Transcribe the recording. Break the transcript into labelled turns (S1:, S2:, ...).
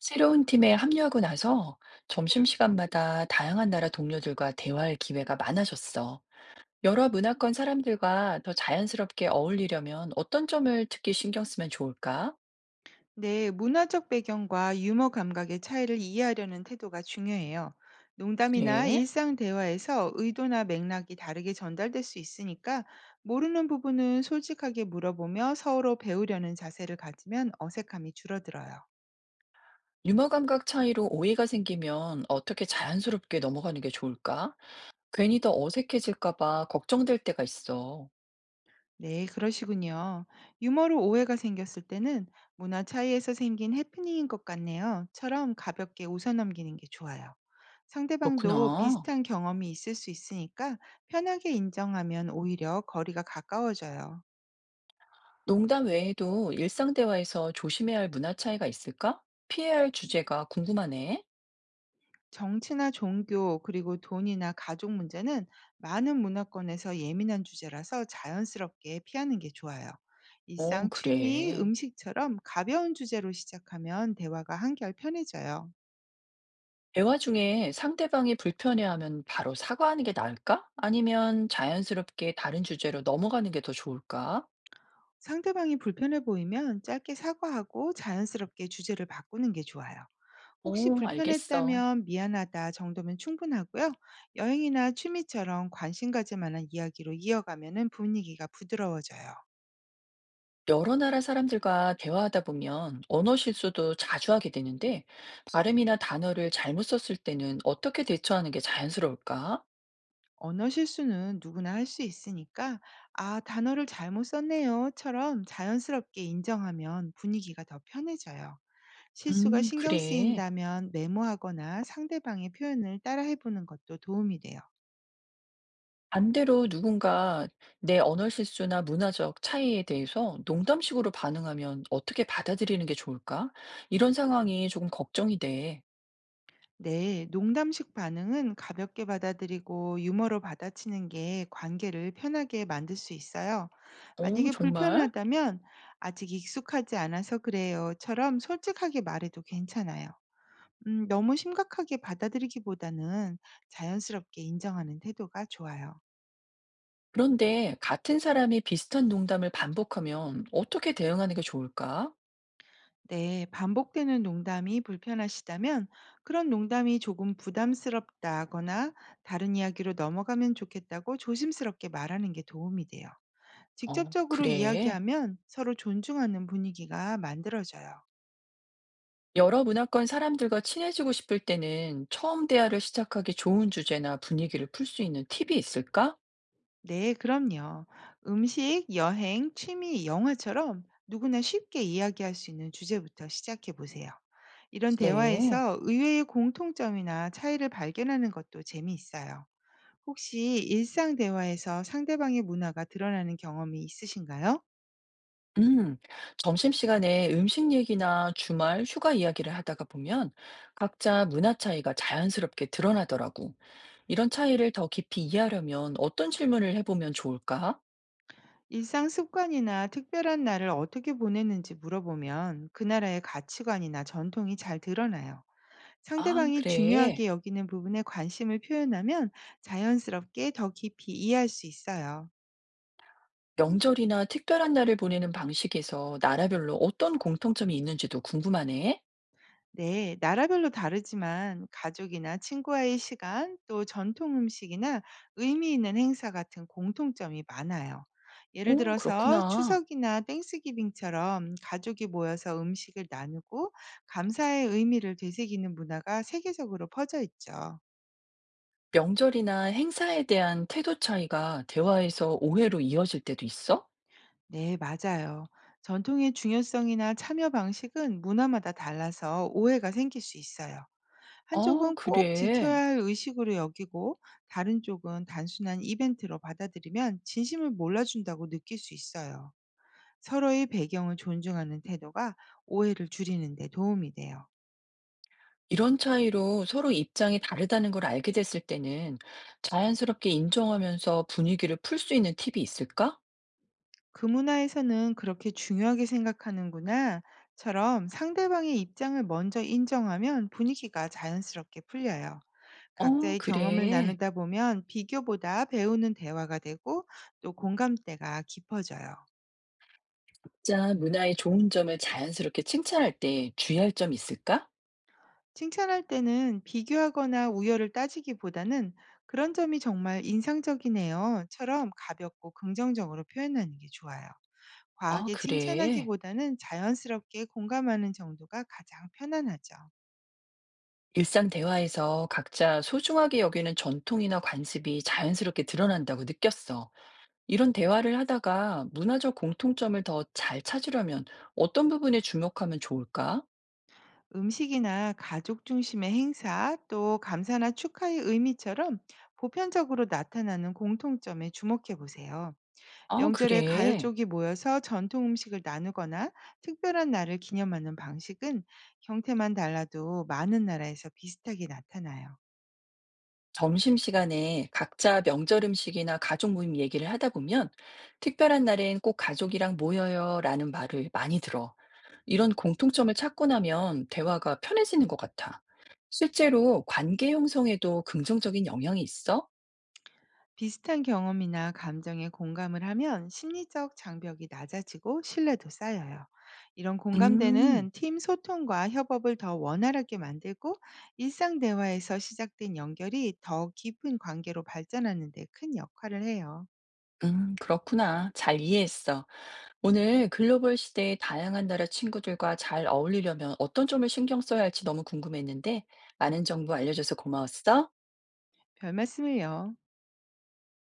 S1: 새로운 팀에 합류하고 나서 점심시간마다 다양한 나라 동료들과 대화할 기회가 많아졌어. 여러 문화권 사람들과 더 자연스럽게 어울리려면 어떤 점을 특히 신경 쓰면 좋을까?
S2: 네, 문화적 배경과 유머 감각의 차이를 이해하려는 태도가 중요해요. 농담이나
S1: 예.
S2: 일상 대화에서 의도나 맥락이 다르게 전달될 수 있으니까 모르는 부분은 솔직하게 물어보며 서로 배우려는 자세를 가지면 어색함이 줄어들어요.
S1: 유머 감각 차이로 오해가 생기면 어떻게 자연스럽게 넘어가는 게 좋을까? 괜히 더 어색해질까봐 걱정될 때가 있어.
S2: 네, 그러시군요. 유머로 오해가 생겼을 때는 문화 차이에서 생긴 해프닝인 것 같네요. 처럼 가볍게 웃어넘기는 게 좋아요. 상대방도
S1: 그렇구나.
S2: 비슷한 경험이 있을 수 있으니까 편하게 인정하면 오히려 거리가 가까워져요.
S1: 농담 외에도 일상 대화에서 조심해야 할 문화 차이가 있을까? 피해야 할 주제가 궁금하네.
S2: 정치나 종교, 그리고 돈이나 가족 문제는 많은 문화권에서 예민한 주제라서 자연스럽게 피하는 게 좋아요.
S1: 어,
S2: 일상, 취미,
S1: 그래.
S2: 음식처럼 가벼운 주제로 시작하면 대화가 한결 편해져요.
S1: 대화 중에 상대방이 불편해하면 바로 사과하는 게 나을까? 아니면 자연스럽게 다른 주제로 넘어가는 게 더 좋을까?
S2: 상대방이 불편해 보이면 짧게 사과하고 자연스럽게 주제를 바꾸는 게 좋아요. 혹시
S1: 오, 알겠어.
S2: 불편했다면 미안하다 정도면 충분하고요. 여행이나 취미처럼 관심 가질 만한 이야기로 이어가면은 분위기가 부드러워져요.
S1: 여러 나라 사람들과 대화하다 보면 언어 실수도 자주 하게 되는데, 발음이나 단어를 잘못 썼을 때는 어떻게 대처하는 게 자연스러울까?
S2: 언어 실수는 누구나 할 수 있으니까 아, 단어를 잘못 썼네요처럼 자연스럽게 인정하면 분위기가 더 편해져요. 실수가 신경
S1: 그래.
S2: 쓰인다면 메모하거나 상대방의 표현을 따라해 보는 것도 도움이 돼요.
S1: 반대로 누군가 내 언어 실수나 문화적 차이에 대해서 농담식으로 반응하면 어떻게 받아들이는 게 좋을까? 이런 상황이 조금 걱정이 돼.
S2: 네, 농담식 반응은 가볍게 받아들이고 유머로 받아치는 게 관계를 편하게 만들 수 있어요.
S1: 어,
S2: 만약에
S1: 정말?
S2: 불편하다면 아직 익숙하지 않아서 그래요처럼 솔직하게 말해도 괜찮아요. 너무 심각하게 받아들이기보다는 자연스럽게 인정하는 태도가 좋아요.
S1: 그런데 같은 사람이 비슷한 농담을 반복하면 어떻게 대응하는 게 좋을까?
S2: 네, 반복되는 농담이 불편하시다면 그런 농담이 조금 부담스럽다거나 다른 이야기로 넘어가면 좋겠다고 조심스럽게 말하는 게 도움이 돼요.
S1: 어,
S2: 직접적으로
S1: 그래.
S2: 이야기하면 서로 존중하는 분위기가 만들어져요.
S1: 여러 문화권 사람들과 친해지고 싶을 때는 처음 대화를 시작하기 좋은 주제나 분위기를 풀 수 있는 팁이 있을까?
S2: 네, 그럼요. 음식, 여행, 취미, 영화처럼 누구나 쉽게 이야기할 수 있는 주제부터 시작해 보세요. 이런
S1: 네.
S2: 대화에서 의외의 공통점이나 차이를 발견하는 것도 재미있어요. 혹시 일상 대화에서 상대방의 문화가 드러나는 경험이 있으신가요?
S1: 음, 점심시간에 음식 얘기나 주말 휴가 이야기를 하다가 보면 각자 문화 차이가 자연스럽게 드러나더라고. 이런 차이를 더 깊이 이해하려면 어떤 질문을 해보면 좋을까?
S2: 일상 습관이나 특별한 날을 어떻게 보내는지 물어보면 그 나라의 가치관이나 전통이 잘 드러나요.
S1: 아,
S2: 상대방이
S1: 그래.
S2: 중요하게 여기는 부분에 관심을 표현하면 자연스럽게 더 깊이 이해할 수 있어요.
S1: 명절이나 특별한 날을 보내는 방식에서 나라별로 어떤 공통점이 있는지도 궁금하네.
S2: 네, 나라별로 다르지만 가족이나 친구와의 시간, 또 전통 음식이나 의미 있는 행사 같은 공통점이 많아요. 예를
S1: 오,
S2: 들어서
S1: 그렇구나.
S2: 추석이나 땡스기빙처럼 가족이 모여서 음식을 나누고 감사의 의미를 되새기는 문화가 세계적으로 퍼져 있죠.
S1: 명절이나 행사에 대한 태도 차이가 대화에서 오해로 이어질 때도 있어?
S2: 네, 맞아요. 전통의 중요성이나 참여 방식은 문화마다 달라서 오해가 생길 수 있어요.
S1: 어,
S2: 한쪽은 꼭
S1: 그래.
S2: 지켜야 할 의식으로 여기고, 다른 쪽은 단순한 이벤트로 받아들이면 진심을 몰라준다고 느낄 수 있어요. 서로의 배경을 존중하는 태도가 오해를 줄이는 데 도움이 돼요.
S1: 이런 차이로 서로 입장이 다르다는 걸 알게 됐을 때는 자연스럽게 인정하면서 분위기를 풀 수 있는 팁이 있을까?
S2: 그 문화에서는 그렇게 중요하게 생각하는구나. 처럼 상대방의 입장을 먼저 인정하면 분위기가 자연스럽게 풀려요.
S1: 어,
S2: 각자의 경험을
S1: 그래.
S2: 나누다 보면 비교보다 배우는 대화가 되고 또 공감대가 깊어져요.
S1: 자, 문화의 좋은 점을 자연스럽게 칭찬할 때 주의할 점이 있을까?
S2: 칭찬할 때는 비교하거나 우열을 따지기보다는 그런 점이 정말 인상적이네요처럼 가볍고 긍정적으로 표현하는 게 좋아요.
S1: 아,
S2: 과하게
S1: 그래.
S2: 칭찬하기보다는 자연스럽게 공감하는 정도가 가장 편안하죠.
S1: 일상 대화에서 각자 소중하게 여기는 전통이나 관습이 자연스럽게 드러난다고 느꼈어. 이런 대화를 하다가 문화적 공통점을 더 잘 찾으려면 어떤 부분에 주목하면 좋을까?
S2: 음식이나 가족 중심의 행사, 또 감사나 축하의 의미처럼 보편적으로 나타나는 공통점에 주목해 보세요.
S1: 아,
S2: 명절에 가
S1: 그래.
S2: 족이 모여서 전통 음식을 나누거나 특별한 날을 기념하는 방식은 형태만 달라도 많은 나라에서 비슷하게 나타나요.
S1: 점심시간에 각자 명절 음식이나 가족 모임 얘기를 하다 보면 특별한 날엔 꼭 가족이랑 모여요 라는 말을 많이 들어. 이런 공통점을 찾고 나면 대화가 편해지는 것 같아. 실제로 관계 형성에도 긍정적인 영향이 있어?
S2: 비슷한 경험이나 감정에 공감을 하면 심리적 장벽이 낮아지고 신뢰도 쌓여요. 이런
S1: 음.
S2: 공감대는 팀 소통과 협업을 더 원활하게 만들고 일상 대화에서 시작된 연결이 더 깊은 관계로 발전하는 데 큰 역할을 해요.
S1: 음, 그렇구나. 잘 이해했어. 오늘 글로벌 시대의 다양한 나라 친구들과 잘 어울리려면 어떤 점을 신경 써야 할지 너무 궁금했는데 많은 정보 알려줘서 고마웠어.
S2: 별 말씀을요.